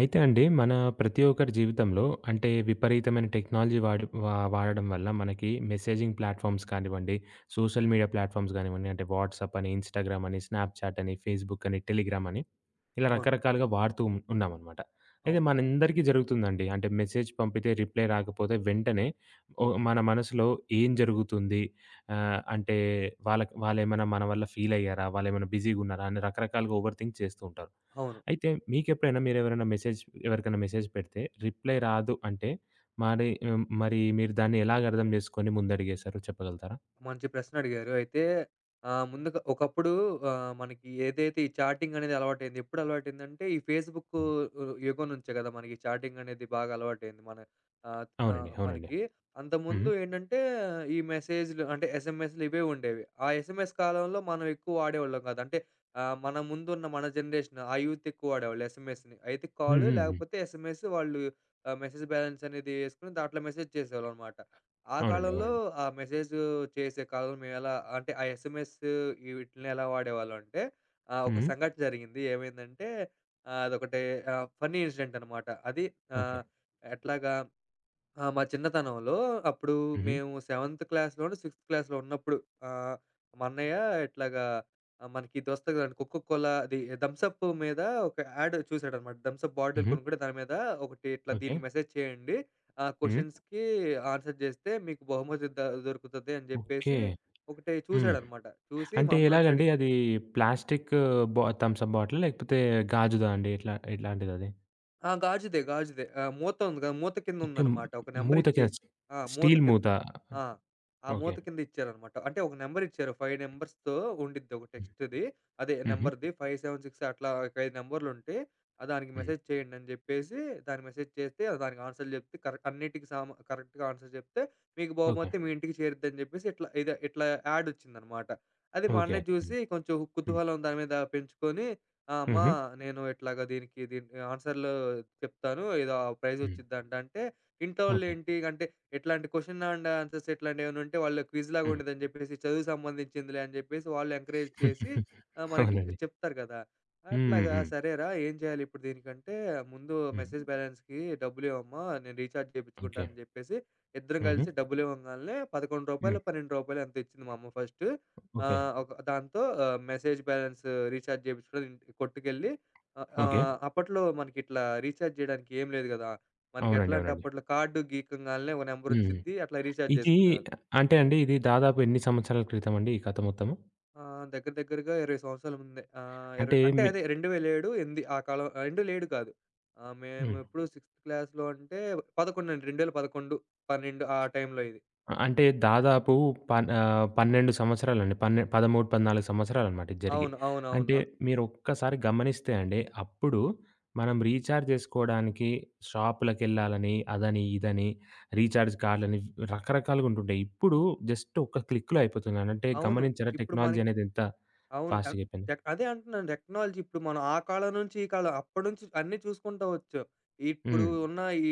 అయితే అండి మన ప్రతి ఒక్కరి జీవితంలో అంటే విపరీతమైన టెక్నాలజీ వాడి వాడడం వల్ల మనకి మెసేజింగ్ ప్లాట్‌ఫార్మ్స్ కానివ్వండి, సోషల్ మీడియా ప్లాట్‌ఫార్మ్స్ కానివ్వండి, అంటే వాట్సాప్ అని, ఇన్‌స్టాగ్రామ్ అని, స్నాప్‌చాట్ అని, ఫేస్‌బుక్ అని, టెలిగ్రామ్ అని ఇలా అవును. రకరకాలుగా వాడుతూ ఉన్నామనమాట. అయితే అవును. మనందరికీ జరుగుతుందండి. అంటే మెసేజ్ పంపితే రిప్లై రాకపోతే వెంటనే ఓ మన మనసులో ఏం జరుగుతుంది? అంటే వాళ్ళకి వాళ్ళేమైనా మన వల్ల ఫీల్ అయ్యారా? వాళ్ళేమైనా బిజీగున్నారా? అని రకరకాలుగా ఓవర్ థింక్ చేస్తూ ఉంటారు. అవును. అయితే మీకెప్పుడైనా మీరెవరైనా మెసేజ్ ఎవరికైనా మెసేజ్ పెడితే రిప్లై రాదు అంటే, మరి మీరు దాన్ని ఎలాగ అర్థం చేసుకొని ముందడుగేశారో చెప్పగలుగుతారా? మంచి ప్రశ్నడిగారు. అయితే ముందుగా ఒకప్పుడు మనకి ఏదైతే ఈ చాటింగ్ అనేది అలవాటైంది. ఎప్పుడు అలవాటైందంటే ఈ ఫేస్‌బుక్ హ్మ్. యుగం నుంచే కదా! మనకి చాటింగ్ అనేది బాగా అలవాటైంది. ఆహ్, అవునండి. అవునండి. మనకి హుహు. అంతకుముందు ఏంటంటే ఈ మెసేజ్‌లు అంటే ఎస్ఎంఎస్‌లు ఇవే ఉండేవి. ఆ ఎస్ఎంఎస్ కాలంలో మనం ఎక్కువ వాడేవాళ్ళం కాదు. అంటే మన ముందున్న మన జనరేషన్ ఆ యూత్ ఎక్కువ వాడేవాళ్ళు ఎస్ఎంఎస్‌ని. అయితే హ్మ్. కాల్ హ్మ్. హ్మ్. లేకపోతే ఎస్ఎంఎస్ వాళ్ళు మెసేజ్ బ్యాలెన్స్ అనేది యేసుకొని దాంట్లో మెసేజ్ చేసేవాళ్ళనమాట. ఆ అవునండి. కాలంలో అవునండి. ఆ మెసేజ్ చేసే కాలంలో మేమెలా అంటే ఆ ఎస్ఎంఎస్ వీటిని ఎలా వాడేవాళ్ళం అంటే ఒక హ్మ్. సంఘటన జరిగింది. ఏమైందంటే అదొకటి ఫన్నీ ఇన్సిడెంట్ అనమాట. అది ఓకే. ఆహ్, ఎట్లాగా ఆ! మా చిన్నతనంలో అప్పుడు హుహు. మేము సెవెంత్ క్లాస్‌లోనో, సిక్స్త్ క్లాస్‌లో ఉన్నప్పుడు ఆహ్, మా అన్నయ్య ఇట్లాగా మనకి ఇది వస్తది కదండీ కోకో కోలా అది థమ్స్ అప్ మీద ఒక యాడ్ చూసాడనమాట. థమ్స్ అప్ బాటిల్ హుహు. కొనుక్కుంటే దాని మీద ఒకటి ఇట్లా ఓకే. దీనికి మెసేజ్ చేయండి. ఆ హ్మ్. క్వెషన్స్‌కి ఆన్సర్ చేస్తే మీకు బహుమతి దొరుకుతది అని ఓకే. చెప్పేసి ఒకటి హ్మ్. చూసాడనమాట. చూసి మా అంటే అమ్మనొచ్చి ఎలాగండి అడిగి, అది ప్లాస్టిక్ థమ్స్ అప్ బాటిలా? లేకపోతే గాజుదా అండి? ఎట్లా ఎట్లాంటిదది? ఆ! గాజుదే. గాజుదే. మూత ఉంది గదా! మూత కింద ఓకే. ఉందనమాట. ఒక నెంబర్ మూత కింద ఇచ్చేసి, ఆ! మూత స్టీల్ కింద. మూత. ఆ! ఆ ఓకే. మూత కింద ఇచ్చారనమాట. అంటే ఒక నెంబర్ ఇచ్చారు. 5 నంబర్స్‌తో ఉండిద్ది ఒక హ్మ్. టెక్స్ట్‌ది. అదే హుహు. నెంబర్‌ది 5, 7, 6 అట్లా ఒక 5 నంబర్‌లుంటే దానికి హ్మ్. మెసేజ్ చేయండి అని జెప్పేసి దానికి మెసేజ్ చేస్తే దానికి ఆన్సర్‌లు జెప్తే కరెక్ట్ అన్నిటికి కరెక్ట్‌గా ఆన్సర్ జెప్తే మీకు ఓకే. బహుమతి మీ ఇంటికి చేరుద్దని జెప్పేసి ఇట్లా యాడ్ ఒచ్చిందనమాట. అది మా ఓకే అన్నయ్య అండి. జూసి కొంచెం హ్మ్. కుతూహలం దాని మీద పెంచుకొని, అమ్మా, హుహు. నేను ఇట్లాగా దీనికి దీని ఆన్సర్‌లు చెప్తాను. ఏదో ప్రైజ్ హ్మ్. వచ్చిద్దంట. అంటే ఓకే. ఇంటోళ్ళేంటి అంటే ఇట్లాంటి క్వెషన్ అండ్ ఆన్సర్స్ ఇట్లాంటివేమైనా ఉంటే వాళ్ళు క్విజ్‌లాగా హ్మ్. ఉండిద్దని చెప్పేసి చదువుకు సంబంధించిందిలే అని చెప్పేసి వాళ్ళు ఎంకరేజ్ చేసి మనకి అవునండి. చెప్తారు కదా! హ్మ్. అట్లాగా హ్మ్. సరేరా ఏం చేయాలి ఇప్పుడు దీనికంటే ముందు హ్మ్. మెసేజ్ బ్యాలెన్స్‌కి డబ్బులివ్వమ్మా నేను రీచార్జ్ ఓకే. చేపించుకుంటానని చెప్పేసి ఇద్దరం హుహు. కలిసి డబ్బులివ్వంగాల్నే రూ. 11 హ్మ్. రూపాయలో రూ. 12 ఎంతో ఇచ్చింది మా అమ్మ ఫస్టు. ఆ! ఓకే. ఒక దాంతో మెసేజ్ బ్యాలెన్స్ రీచార్జ్ చేపించుకొని కొట్టుకెళ్ళి, ఆహ్, ఓకే. ఆహ్, అప్పట్లో మనకిట్లా రీచార్జ్ చేయడానికి ఏం లేదు గదా! అవునండి. మనకెట్లా అంటే అవునండి. అప్పట్లో కార్డ్ గీకంగాల్నే ఒక హ్మ్. నంబరొచ్చిద్ది. అట్లా రీచార్జ్ ఇది చేసుకునేవాళ్ళు. అంటే అండి ఇది దాదాపు ఎన్ని సంవత్సరాల క్రితం అండి ఈ కథ మొత్తము? దగ్గర దగ్గరగా 20 సంవత్సరాల ముందే, అంటే 20 అంటే మీ అదే 2007, 8 ఆ కాలం, 2007 కాదు. హ్మ్. మేమెప్పుడు సిక్స్త్ క్లాస్‌లో అంటే 11 అండి. 2011, 12 ఆ టైంలో ఇది. అ అంటే దాదాపు 12 సంవత్సరాలండి. 13, 14 సంవత్సరాలనమాట ఇది జరిగి. అవును. అవునవును. అంటే మీరొక్కసారి గమనిస్తే అండి, అప్పుడు మనం రీచార్జ్ జేసుకోవడానికి షాపులకెళ్ళాలని, అదని, ఇదని, రీచార్జ్ కార్డ్‌లని రకరకాలుగుంటుంటాయి. ఇప్పుడు జస్ట్ ఒక్క క్లిక్‌లో అయిపోతుందండి. అంటే అవును. గమనించారా ఇప్పుడు టెక్నాలజీ మనకి అనేది ఎంత అవును. ఆహ్, ఫాస్ట్‌గయిపోయిందో? టెక్ అదే అంటున్నాను, టెక్నాలజీ ఇప్పుడు మనం ఆ కాలం నుంచి, ఈ కాలం అప్పటి నుంచి అన్నీ చూసుకుంటా వచ్చాం. ఇప్పుడు హ్మ్. ఉన్న ఈ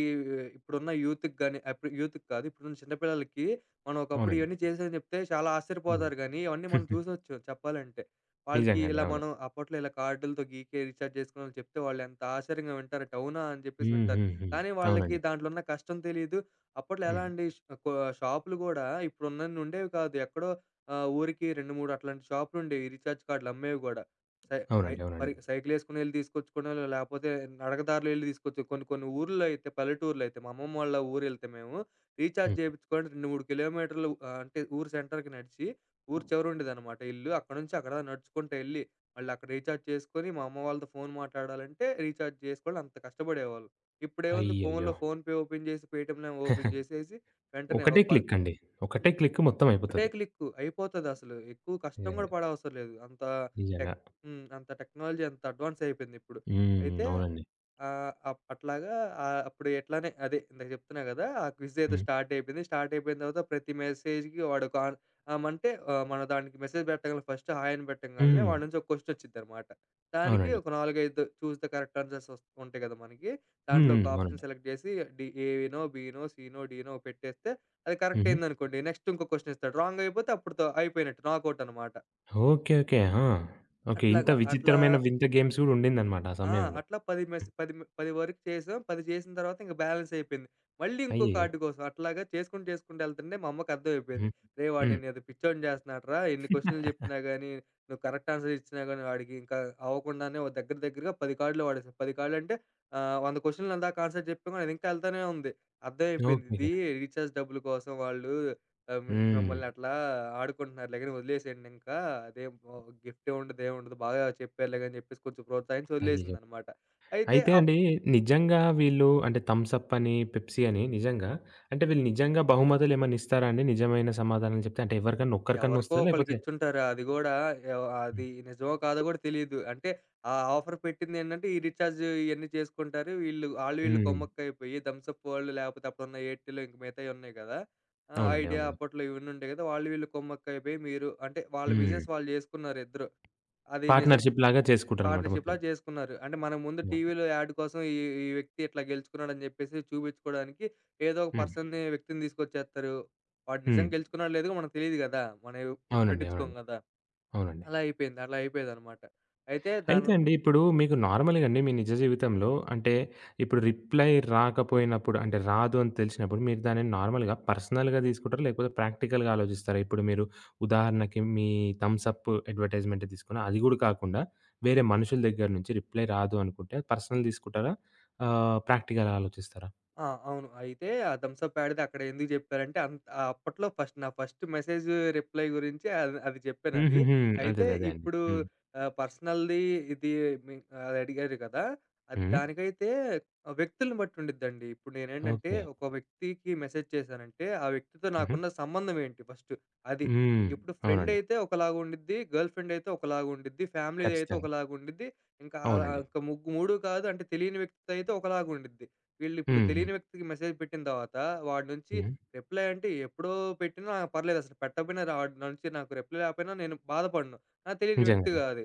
ఇప్పుడున్న యూత్‌కి గాని అప్పుడు యూత్‌కి కాదు. ఇప్పుడున్న చిన్న పిల్లలకి మనం ఒకప్పుడు అవునండి. ఇవన్నీ చేసామని చెప్తే చాలా హ్మ్. ఆశ్చర్యపోతారు గానీ, ఇవన్నీ మనం చూసొచ్చాం చెప్పాలంటే. వాళ్ళకి నిజంగా అండి. ఇలా అవును. మనం అప్పట్లో ఇలా కార్డులతో గీకే రీచార్జ్ చేసుకున్నామని చెప్తే వాళ్ళు ఎంత ఆశ్చర్యంగా వింటారంటే, అవునా! అని చెప్పేసి హ్మ్. వింటారు. హ్మ్. హ్మ్. కానీ వాళ్ళకి అవునండి. దాంట్లో ఉన్న కష్టం తెలీదు. అప్పట్లో ఎలా హ్మ్. అండి, ష్ కొ షాపులు గూడా ఇప్పుడున్నన్ని ఉండేవి కాదు. ఎక్కడో, ఆ! ఊరికి 2, 3 అట్లాంటి షాపులుండేవి, రీచార్జ్ కార్డ్‌లు అమ్మేవి గూడా. సై ఐ అవునండి. అవునండి. పరి సైకిలేసుకొని ఎళ్లి తీసుకొచ్చుకోవడం, లేపోతే నడక దారిలో ఎళ్లి తీసుకొచ్చు కొన్ని కొన్ని ఊర్లో అయితే, పల్లెటూర్లో అయితే, మా అమ్మమ్మ వాళ్ళ ఊరెళ్తే మేము, రీచార్జ్ హ్మ్. జేపిచ్చుకోవడానికి 2, 3 కిలోమీటర్లు, అంటే ఊరు సెంటర్‌కి నడిచి, ఊరు చివరుండేదనమాట ఇల్లు. అక్కడి నుంచి అక్కడ దాకా నడుచుకుంటా ఎళ్లి, మళ్ళక్కడ రీచార్జ్ చేసుకొని, మా అమ్మ వాళ్ళతో ఫోను మాట్లాడాలంటే, రీచార్జ్ చేసుకోవడం అంత కష్టపడేవాళ్ళం. ఇప్పుడేముంది, అయ్యయ్యో! ఫోనులో ఫోన్‌పే ఓపెన్ జేసి, పేటీఎం ఓపెన్ జేసేసి, వెంటనే ఒకటే ఒక ప క్లిక్ అండి. ఒకటే క్లిక్ మొత్తం ఒకటే అయిపోతది. క్లిక్ అయిపోతదసలు. ఎక్కువ కష్టం గూడా నిజంగా. పడవసరం లేదు. అంత నిజంగా. టెక్ హ్మ్. అంత టెక్నాలజీ అంత అడ్వాన్స్ అయిపోయిందిప్పుడు. హ్మ్. అయితే అవునండి. ఆహ్, అప్ అట్లాగా ఆహ్, అప్పుడు ఎట్లానే అదే ఇందాక చెప్తున్నా గదా! ఆ క్విజ్ ఏదో హ్మ్. స్టార్ట్ అయిపోయింది. స్టార్ట్ అయిపోయిన తర్వాత ప్రతి మెసేజ్‌కి వాడు ఒక ఆన్ ఆహ్, అంటే ఆహ్, మనం దానికి మెసేజ్ పెట్టగానే ఫస్ట్ హాయ్ అని పెట్టంగాల్నే హ్మ్. వాడి నుంచి ఒక క్వెషన్ వచ్చిద్దనమాట. దానికి అవునండి. ఒక 4, 5 చూస్ ద కరెక్ట్ ఆన్సర్స్ ఉంటాయి గదా మనకి. హ్మ్. దాంట్లో హ్మ్. ఒక ఆప్షన్ అవునండి. సెలెక్ట్ జేసి ఏనో, బీనో, సీనో, డీనో పెట్టేస్తే అది కరెక్ట్ హుహు. అయిందనుకోండి. నెక్స్ట్ ఇంకో క్వెషన్ ఇస్తాడు. రాంగ్ అయిపోతే అప్పుడుతో అయిపోయినట్టు, నాకౌట్ అనమాట. ఓకే. ఓకే. ఆ! ఓకే. ఇంత అట్లాగా అట్లా విచిత్రమైన వింత గేమ్స్ గూడా ఉండిందనమాట ఆ ఆ! సమయంలో. అట్లా 10 వరకు చేసాం. 10 చేసిన తర్వాత ఇంక బ్యాలెన్స్ అయిపోయింది. మళ్ళీ ఇంకో అయ్యయ్యో! కార్డ్ కోసం అట్లాగా చేసుకుంటూ చేసుకుంటూ ఎళ్తుంటే మా అమ్మకి అర్థమైపోయింది. హ్మ్. "రేయ్! వాడు హ్మ్. నిన్నేదో పిచ్చోడిని చేస్తున్నాడురా! ఎన్ని క్వెషన్‌లు చెప్పినా గాని, నువ్వు కరెక్ట్ ఆన్సర్ ఇచ్చినా గాని వాడికి ఇంకా అవ్వకుండానే, ఓ, దగ్గర దగ్గరగా 10 కార్డులు వాడేసాం." 10 కార్డులు అంటే 100 క్వెషన్‌లు ఇందాక ఆన్సర్ చెప్పాం. అది ఇంకా ఎళ్తానే ఉంది. అర్థమైపోయింది, ఓకే. ఇది రీచార్జ్ డబ్బుల కోసం వాళ్ళు ఆహ్, మి హ్మ్. మిమ్మల్ని అట్లా ఆడుకుంటున్నారులే గాని వదిలేసేయండి ఇంకా. అదేం గిఫ్ట్ ఏముండదు, ఏముండదు, బాగా చెప్పారులే గాని అని చెప్పేసి కొంచెం ప్రోత్సహించి అయ్యయ్యో! వదిలేసిందనమాట. అయితే అయితే అండి నిజంగా వీళ్ళు అంటే థమ్స్ అప్ అని, పెప్సీ అని నిజంగా అంటే వీళ్ళు నిజంగా బహుమతులేమన్నా ఇస్తారా అండి? నిజమైన సమాధానం చెప్తే అంటే ఎవరికన్నా ఒక్కరికన్నా ఎవరికో వస్తదా? ఒకళ్ళకి లేకపోతే ఇచ్చుంటారు. అది గూడా హ్మ్. అది నిజమో కాదో గూడా తెలీదు. అంటే ఆ ఆఫర్ పెట్టిందేంటంటే, ఈ రీచార్జ్ ఇయన్నీ చేసుకుంటారు. వీళ్ళు ఆళ్ళు వీళ్ళు హ్మ్. కొమ్మక్కయిపోయి థమ్సప్ వాళ్ళు లేపోతే అప్పుడున్న ఎయిర్‌టెల్ ఇంక మిగతాయి ఉన్నాయి గదా! ఆ! అవునండి. ఐడియా అవునండి. అప్పట్లో ఇవన్నీ ఉండే గదా! వాళ్ళు వీళ్ళు కొమ్మక్కయిపోయి మీరు అంటే వాళ్ళ హ్మ్. బిజినెస్ వాళ్ళు జేసుకున్నారు ఇద్దరు. అది నిజంగా పార్ట్‌నర్‌షిప్ లాగా చేసుకుంటారనమాట మొత్తం. పార్ట్‌నర్‌షిప్‌లా చేసుకున్నారు. అంటే మనం ముందు హ్మ్. టీవీలో యాడ్ కోసం ఈ ఈ వ్యక్తి ఇట్లా గెలుచుకున్నాడని జెప్పేసి చూపించుకోవడానికి ఏదో ఒక హ్మ్. పర్సన్‌ని, వ్యక్తిని తీసుకొచ్చేస్తారు. వాడు హ్మ్. నిజంగా గెలుచుకున్నాడో లేదో మనకు తెలీదు గదా! మనం అవునండి. పట్టించుకోం అవునండి. గదా! అవునండి. అలా అయిపోయింది. అలా అయిపోయేదనమాట. అయితే అయితే దాని అండి ఇప్పుడు మీకు నార్మల్‌గా అండి మీ నిజ జీవితంలో అంటే ఇప్పుడు రిప్లై రాకపోయినప్పుడు అంటే రాదు అని తెలిసినప్పుడు మీరు దానిని నార్మల్‌గా పర్సనల్‌గా తీసుకుంటారా? లేకపోతే ప్రాక్టికల్‌గా ఆలోచిస్తారా? ఇప్పుడు మీరు ఉదాహరణకి మీ థమ్స్ అప్ అడ్వర్టైజ్‌మెంట్ తీసుకున్న అది గూడా కాకుండా వేరే మనుషుల దగ్గర నుంచి రిప్లై రాదు అనుకుంటే పర్సనల్ తీసుకుంటారా? ప్రాక్టికల్ ఆలోచిస్తారా? ఆ! అవును. అయితే ఆ థమ్స్ అప్ యాడ్‌ది అక్కడ ఎందుకు చెప్పారంటే, అప్పట్లో ఫస్ట్ నా ఫస్ట్ మెసేజ్ రిప్లై గురించి అది అది చెప్పానది. హుహుహు. అదే. అయితే అదే. అదే అండి. ఇప్పుడు హ్మ్. పర్సనల్‌ది ఇది మీ అది అడిగారు కదా! అది హ్మ్. దానికైతే వ్యక్తులను బట్టి ఉండిద్దండి. ఇప్పుడు నేనేంటంటే ఓకే. ఒక వ్యక్తికి మెసేజ్ చేశానంటే ఆ వ్యక్తితో హుహు. నాకున్న సంబంధం ఏంటి ఫస్ట్ అది. హ్మ్. ఇప్పుడు ఫ్రెండ్ అవునండి. అయితే ఒకలాగా ఉండిద్ది. గర్ల్ ఫ్రెండ్ అయితే ఒకలాగా ఉండిద్ది. ఫ్యామిలీ అయితే ఖచ్చితంగా. ఒకలాగా ఉండిద్ది. ఇంకా ఆహ్, అవునండి. ఇంకా ముగ్గు 3 కాదు అంటే తెలియని వ్యక్తితో అయితే ఒకలాగా ఉండిద్ది. వీళ్ళిప్పుడు హ్మ్. హ్మ్. తెలియని వ్యక్తికి మెసేజ్ పెట్టిన తర్వాత, వాడి నుంచి హ్మ్. రిప్లై అంటే ఎప్పుడో పెట్టినా పర్లేదసలు. పెట్టకపోయినా, వాడి నుంచి నాకు రిప్లై రాకపోయినా నేను బాధపడను. నాకు తెలియని వ్యక్తి నిజంగండి. కాదు.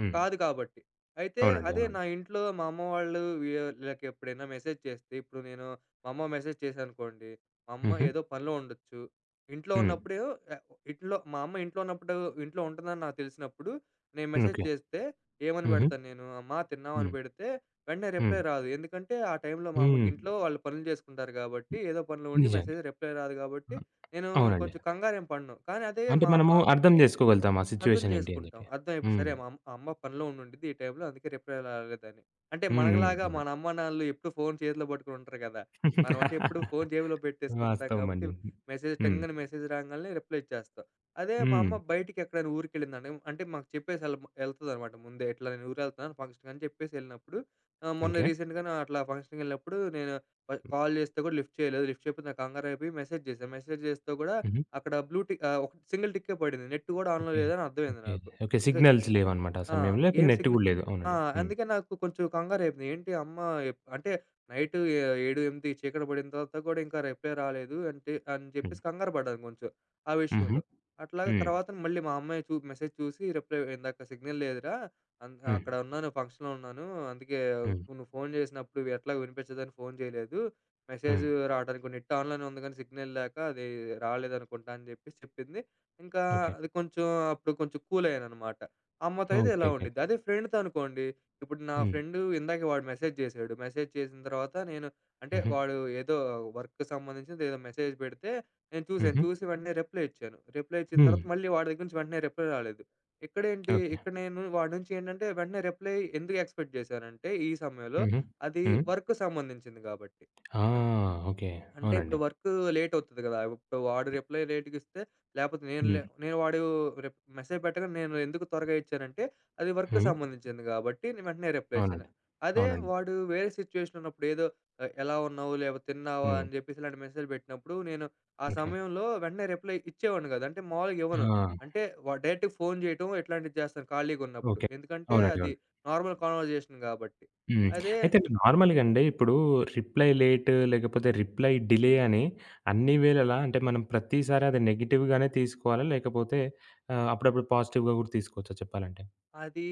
హ్మ్. కాదు కాబట్టి. అయితే అవునండి. అదే నా అవునండి. ఇంట్లో మా అమ్మ వాళ్ళు వీళ్ళకి ఎప్పుడైనా మెసేజ్ చేస్తే, ఇప్పుడు నేను మా అమ్మ మెసేజ్ చేశాననుకోండి, మా అమ్మ హుహు. ఏదో పనిలో ఉండొచ్చు. ఇంట్లో హ్మ్. ఉన్నప్పుడు ఆహ్, ఇంట్లో ఉన్నప్పుడు, ఇంట్లో ఉంటుందని నాకు తెలిసినప్పుడు, నేను మెసేజ్ ఓకే. చేస్తే ఏమని హుహు. పెడతాను నేను? అమ్మా తిన్నావా? అని హ్మ్. పెడితే వెంటనే హ్మ్. రిప్లై రాదు. ఎందుకంటే, ఆ టైంలో మా అమ్మకి హ్మ్. ఇంట్లో వాళ్ళు పనులు చేసుకుంటారు గాబట్టి, ఏదో పనిలో ఉండి నిజంగా. మెసేజ్ రిప్లై రాదు గాబట్టి, అ! నేను అవునండి. కొంచెం కంగారేం పడను. కానీ అదే అంటే మా మనము అమ్మ అర్థం జేసుకోగలుగుతాం ఆ అర్థం సిట్యుయేషన్ ఏంటి అని చేసుకుంటాం. జెప్పి. అర్థమైపో, హ్మ్. సరే మా అమ్ అమ్మ పనిలో ఉండుండిద్ది ఈ టైంలో అందుకే రిప్లై రాలేదని. అంటే హ్మ్. హ్మ్. మనగలాగా అవునండి. మన అమ్మానాన్నలు ఎప్పుడు ఫోను చేతిలో పట్టుకొని ఉంటారు కదా! మనమంటే ఎప్పుడు ఫోను జేబులో పెట్టేసుకొని ఉంటాం కాబట్టి వాస్తవమండి. మెసేజ్ హ్మ్. టంగున మెసేజ్ రాంగాల్నే రిప్లై ఇచ్చేస్తాం. అదే మా హ్మ్. అమ్మ బయటికి ఎక్కడైనా ఊరికెళ్ళిందండి అంటే మాకు చెప్పేసి ఎళ్తదనమాట ముందే. ఇట్లా నేను ఊరెళ్తున్నాను ఫంక్షన్‌కని చెప్పేసి ఎళ్ళినప్పుడు, మొన్న ఓకే. రీసెంట్‌గానే అట్లా ఫంక్షన్‌కెళ్ళినప్పుడు నేను కాల్ చేస్తే కూడా లిఫ్ట్ చేయలేదు. లిఫ్ట్ చేయకపోతే నాకు కంగారైపోయి మెసేజ్ చేశా. మెసేజ్ చేస్తే కూడా హుహు. అక్కడ బ్లూ టిక్, ఒక సింగిల్ టిక్కే పడింది. నెట్ గూడా ఆన్‌లో ఓకే. లేదని అర్థమైంది ఓకే. నాకు. ఓకే. ఇంకా, సిగ్నల్స్ లేవన్నమాట ఆ ఆ! సమయంలో. లేకపోతే ఏం నెట్ సిగ్న గూడా లేదు. ఆ! అవునండి. హ్మ్. అందుకే నాకు కొంచెం కంగారైపోయింది. ఏంటి అమ్మ, ఎప్ అంటే నైట్ ఏ 7, 8 చీకటి పడిన తర్వాత కూడా ఇంకా రిప్లై రాలేదు అంటే అని హ్మ్. చెప్పేసి కంగారు పడ్డాను కొంచెం ఆ హుహు. విషయంలో. అట్లాగే హ్మ్. తర్వాత మళ్ళీ మా అమ్మాయి మెసేజ్ చూసి రిప్లై, ఇందాక సిగ్నల్ లేదురా, హ్మ్. అక్కడ ఉన్నాను, ఫంక్షన్‌లో ఉన్నాను. అందుకే హ్మ్. నువ్వు ఫోన్ చేసినప్పుడు ఎట్లాగో వినిపించదని ఫోన్ చేయలేదు. మెసేజ్ హ్మ్. రావడానికి నెట్ ఆన్‌లోనే ఉంది కానీ సిగ్నల్ లేక అది రాలేదనుకుంటా అని చెప్పేసి చెప్పింది. ఇంకా ఓకే. అది కొంచెం అప్పుడు కొంచెం కూల్ అయ్యాననమాట. అమ్మతో అయితే ఓకే. ఇలా ఓకే. ఉండిద్ది. అదే ఫ్రెండ్‌తో అనుకోండి, ఇప్పుడు నా హ్మ్. ఫ్రెండు ఇందాక వాడు మెసేజ్ చేశాడు. మెసేజ్ చేసిన తర్వాత నేను, అంటే హుహు. వాడు ఏదో వర్క్‌కి సంబంధించింది ఏదో మెసేజ్ పెడితే నేను చూసాను. హుహు. చూసి వెంటనే రిప్లై ఇచ్చాను. రిప్లై ఇచ్చిన హ్మ్. తర్వాత మళ్ళీ వాడి దగ్గర నుంచి వెంటనే రిప్లై రాలేదు. ఇక్కడేంటి, ఓకే. ఇక్కడ నేను వాడి నుంచి ఏంటంటే వెంటనే రిప్లై ఎందుకు ఎక్స్‌పెక్ట్ చేశానంటే, ఈ సమయంలో హుహు. అది హ్మ్. వర్క్‌కి సంబంధించింది కాబట్టి. ఆ! అన్ ఓకే. అంటే ఇప్పుడు అవునండి. వర్కు లేట్ అవుతది గదా! ఇప్పుడు వాడు రిప్లై లేట్‌గిస్తే లేపోతే నేను హ్మ్. లే నేను వాడు రిప్ మెసేజ్ పెట్టగానే నేను ఎందుకు త్వరగా ఇచ్చానంటే, అది వర్క్‌కి హ్మ్. సంబంధించింది గాబట్టి నేను వెంటనే రిప్లై ఇచ్చాను. అవునండి. అదే అవునండి. వాడు వేరే సిచ్యుయేషన్ ఉన్నప్పుడు ఏదో, ఎలా ఉన్నావు? లేపోతే తిన్నావా? హ్మ్. అని జెప్పేసి ఇలాంటి మెసేజ్ బెట్టినప్పుడు నేను ఆ ఓకే. సమయంలో వెంటనే రిప్లై ఇచ్చేవాడిని గాదు. అంటే మామూలుగా ఆ! ఇవ్వను. అంటే డైరెక్ట్‌గా ఫోన్ జేయటం ఇట్లాంటివి జేస్తాను ఖాళీగున్నప్పుడు. ఓకే. ఎందుకంటే అవునండి. అది అవును. నార్మల్ కన్వర్జేషన్ గాబట్టి. హ్మ్. అదే అయితే నార్మల్‌గా అండి ఇప్పుడు రిప్లై లేట్ లేకపోతే రిప్లై డిలే అని అన్ని వేళలా అంటే మనం ప్రతిసారి అది నెగెటివ్‌గానే తీసుకోవాలా? లేకపోతే అప్పుడప్పుడు పాజిటివ్‌గా కూడా తీసుకోవచ్చా చెప్పాలంటే? అది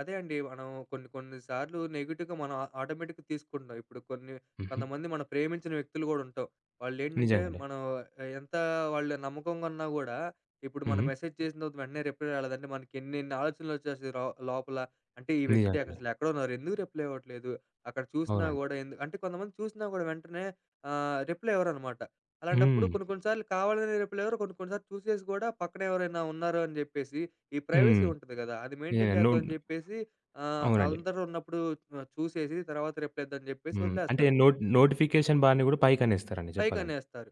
అదే అండి. మనం కొన్ని కొన్ని సార్లు నెగెటివ్‌గా మనం ఆ ఆటోమేటిక్‌గా తీసుకుంటున్నాం. ఇప్పుడు కొన్ని, హుహు. కొంతమంది మనం ప్రేమించిన వ్యక్తులు గూడా ఉంటాం. వాళ్ళేంటంటే నిజంగండి. మనం, ఆ, ఎంత వాళ్ళు నమ్మకంగా ఉన్నా గూడా, ఇప్పుడు మనం హ్మ్. మెసేజ్ చేసిన తర్వాత వెంటనే రిప్లై రాలేదంటే మనకి ఎన్నెన్ని ఆలోచనలొచ్చేస్తాయి లోపల. అంటే ఈ వ్యక్తి నిజంగండి. అసలు ఎక్కడున్నారు? ఎందుకు రిప్లై ఇవ్వట్లేదు? అక్కడ చూసినా అవునండి. గూడా, అంటే కొంతమంది చూసినా గూడా వెంటనే రిప్లై ఇవ్వరనమాట. అలాంటప్పుడు హ్మ్. కొన్ని కొన్ని సార్లు కావాలనే రిప్లై ఇవ్వరు. కొన్ని కొన్ని సార్లు చూసేసి గూడా పక్కన ఎవరైనా ఉన్నారు అని జెప్పేసి, ఈ హ్మ్. ప్రైవసీ ఉంటది గదా! అది మెయింటైన్ నిజంగా. చేద్దామని జెప్పేసి, అవునండి. అందరూ ఉన్నప్పుడు చూసేసి తర్వాత రిప్లై ఇద్దామని జెప్పేసి హ్మ్. అంటే వదిలేస్తారు. నోట్ నోటిఫికేషన్ బార్‌ని గూడా పైకనేస్తారండి జెప్పాలంటే. పైకనేస్తారు.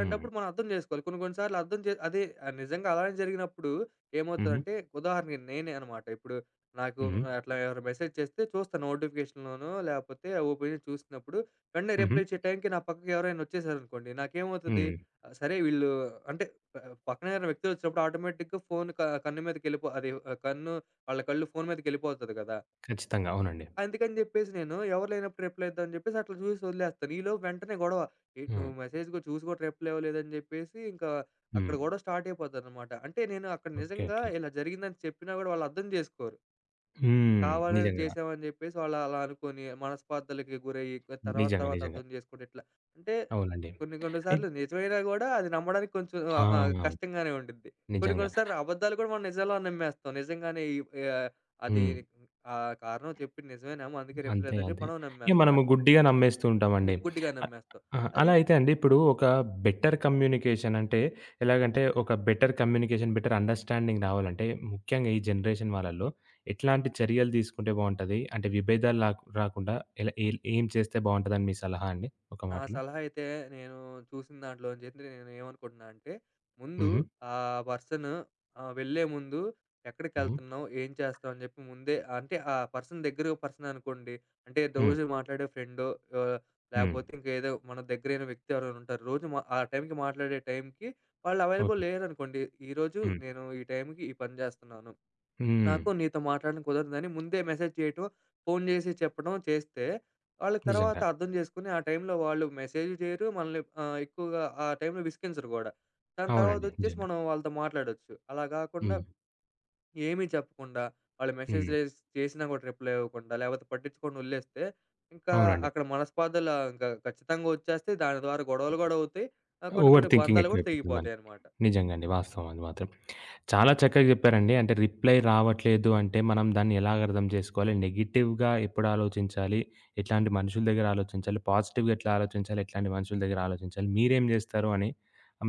హ్మ్. మనం అర్థం జేసుకోవాలి. కొన్ని కొన్ని సార్లు అర్థం చే అదే, నిజంగా అలానే జరిగినప్పుడు హుహు. ఏమవుతదంటే, ఉదాహరణకి నేనే అనమాట. ఇప్పుడు నాకు హుహు. అట్లా ఎవరు మెసేజ్ చేస్తే చూస్తాను నోటిఫికేషన్‌లోనో లేపోతే ఓపెన్ చేసి చూసినప్పుడు, వెంటనే హుహు. రిప్లై ఇచ్చే టైంకి నా పక్కకి ఎవరైనా వచ్చేసారనుకోండి, నాకేమవుతది, హ్మ్. ఆహ్, సరే వీళ్ళు అంటే ప పక్కన ఎవరైనా వ్యక్తులొచ్చినప్పుడు ఆటోమేటిక్‌గా ఫోన్ క కన్ను మీదకెళ్ళిపో అది ఆ, కన్ను వాళ్ళ కళ్ళు ఫోన్ మీదకెళ్ళిపోతది గదా! ఖచ్చితంగా. అవునండి. అందుకని జెప్పేసి నేను ఎవరు లేనప్పుడు రిప్లై ఇద్దామని జెప్పేసి అట్లా చూసి వదిలేస్తాను. ఈలోపు వెంటనే గొడవ. ఏటి హ్మ్. నువ్వు మెసేజ్ గూడా చూసి గూడా రిప్లై ఇవ్వలేదని జెప్పేసి ఇంకా హ్మ్. అక్కడ గొడవ స్టార్ట్ అయిపోద్దనమాట. అంటే నేను అక్కడ ఓకే. నిజంగా ఓకే. ఇలా జరిగిందని చెప్పినా గూడా వాళ్ళు అర్థం జేసుకోరు. హ్మ్. కావాలని నిజంగా. చేసామని జెప్పేసి వాళ్ళు అలా అనుకోని, మనస్పర్ధలకి గురయ్యి, తర్వాత నిజంగా. తర్వాత నిజంగా. అర్థం చేసుకుంటే ఇట్లా. అంటే అవునండి. కొన్ని కొన్ని అయి సార్లు నిజమైనా గూడా అది నమ్మడానికి కొంచెం ఆహ్, ఆహ్, ఆ! కష్టంగానే ఉండిద్ది. కొన్ని నిజంగా. కొన్ని సార్లు అబద్ధాలు కూడా మనం నిజంలా నమ్మేస్తాం. నిజంగానే ఈ, ఆహ్, అది హ్మ్. ఆ కారణం చెప్పింది నిజమేనేమో అందుకే రిప్లై అంతే. ఇద్దని చెప్పి అంతే. మనం ఇక నమ్మేస్తాం. మనము గుడ్డిగా నమ్మేస్తూ ఉంటామండి. గుడ్డిగా అట్ నమ్మేస్తాం. ఆ! అలా అది అయితే అండి ఇప్పుడు ఒక బెటర్ కమ్యూనికేషన్ అంటే ఎలాగంటే ఒక బెటర్ కమ్యూనికేషన్, బెటర్ అండర్‌స్టాండింగ్ రావాలంటే ముఖ్యంగా ఈ జనరేషన్ వాళ్ళలో ఎట్లాంటి చర్యలు తీసుకుంటే బావుంటది? అంటే విభేదాలు లాక్ రాకుండా ఎలా ఏల్ ఏం చేస్తే బావుంటదని మీ సలహా అండి ఒక నా మాటలో? సలహా అయితే నేను చూసిన దాంట్లోంచి అయితే నేను ఏమనుకుంటున్నా అంటే, ముందు హుహు. ఆ పర్సన్ వెళ్ళే ముందు, హ్మ్. ఎక్కడికెళ్తున్నావు? ఏం చేస్తావు? అని చెప్పి ముందే, అంటే ఆ పర్సన్ దగ్గర, పర్సన్ అనుకోండి. అంటే హ్మ్. రోజు మాట్లాడే ఫ్రెండో ఆహ్, హ్మ్. లేకపోతే ఇంకేదో మన దగ్గరైన వ్యక్తి ఎవరైనా ఉంటారు. రోజు ఆ టైంకి మాట్లాడే టైంకి వాళ్ళు అవైలబుల్ ఓకే. లేరనుకోండి. ఈరోజు హ్మ్. నేను ఈ టైంకి ఈ పని చేస్తున్నాను. హ్మ్. నాకు నీతో మాట్లాడడం కుదరదని ముందే మెసేజ్ చేయటం, ఫోను జేసి చెప్పడం చేస్తే, వాళ్ళు తర్వాత నిజంగా. అర్థం జేసుకొని ఆ టైంలో వాళ్ళు మెసేజ్ జేయరు. మనల్ని ఎక్కువగా ఆ టైంలో విసిగించరు గూడా. దాని అవునండి. తర్వాతొచ్చేసి నిజంగా. మనం వాళ్ళతో మాట్లాడొచ్చు. అలా గాకుండా హ్మ్. ఏమీ చెప్పకుండా, వాళ్ళు మెసేజ్ హ్మ్. చేసినా గూడా రిప్లై ఇవ్వకుండా, లేపోతే పట్టించకుండా వదిలేస్తే, ఇంకా అవునండి. అక్కడ మనస్పాధాలు ఇంకా ఖచ్చితంగా వచ్చేస్తాయి. దాని ద్వారా గొడవలు గూడా అవుతాయి. కొన్ని ఓవర్ కొన్ని థింకింగ్ బంధాలు గూడా ఎక్కువైపోతుంది మనకి. తెగిపోతాయనమాట. నిజంగా అండి. వాస్తవం అది మాత్రం. చాలా చక్కగా చెప్పారండి. అంటే రిప్లై రావట్లేదు అంటే మనం దాన్ని ఎలాగ అర్థం చేసుకోవాలి? నెగెటివ్‌గా ఎప్పుడు ఆలోచించాలి? ఎట్లాంటి మనుషుల దగ్గర ఆలోచించాలి? పాజిటివ్‌గా ఎట్లా ఆలోచించాలి? ఎట్లాంటి మనుషుల దగ్గర ఆలోచించాలి? మీరేం జేస్తారు అని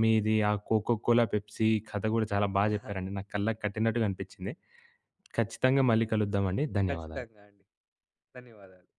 మీది ఆ కోకో కోలా, పెప్సీ కథ గూడా చాలా జెప్పారండి. నాకు కళ్ళకి కట్టినట్టుగా అనిపిచ్చింది. ఖచ్చితంగా మళ్ళీ కలుద్దామండి. ధన్యవాదాలు. ఖచ్చితంగా అండి. ధన్యవాదాలు.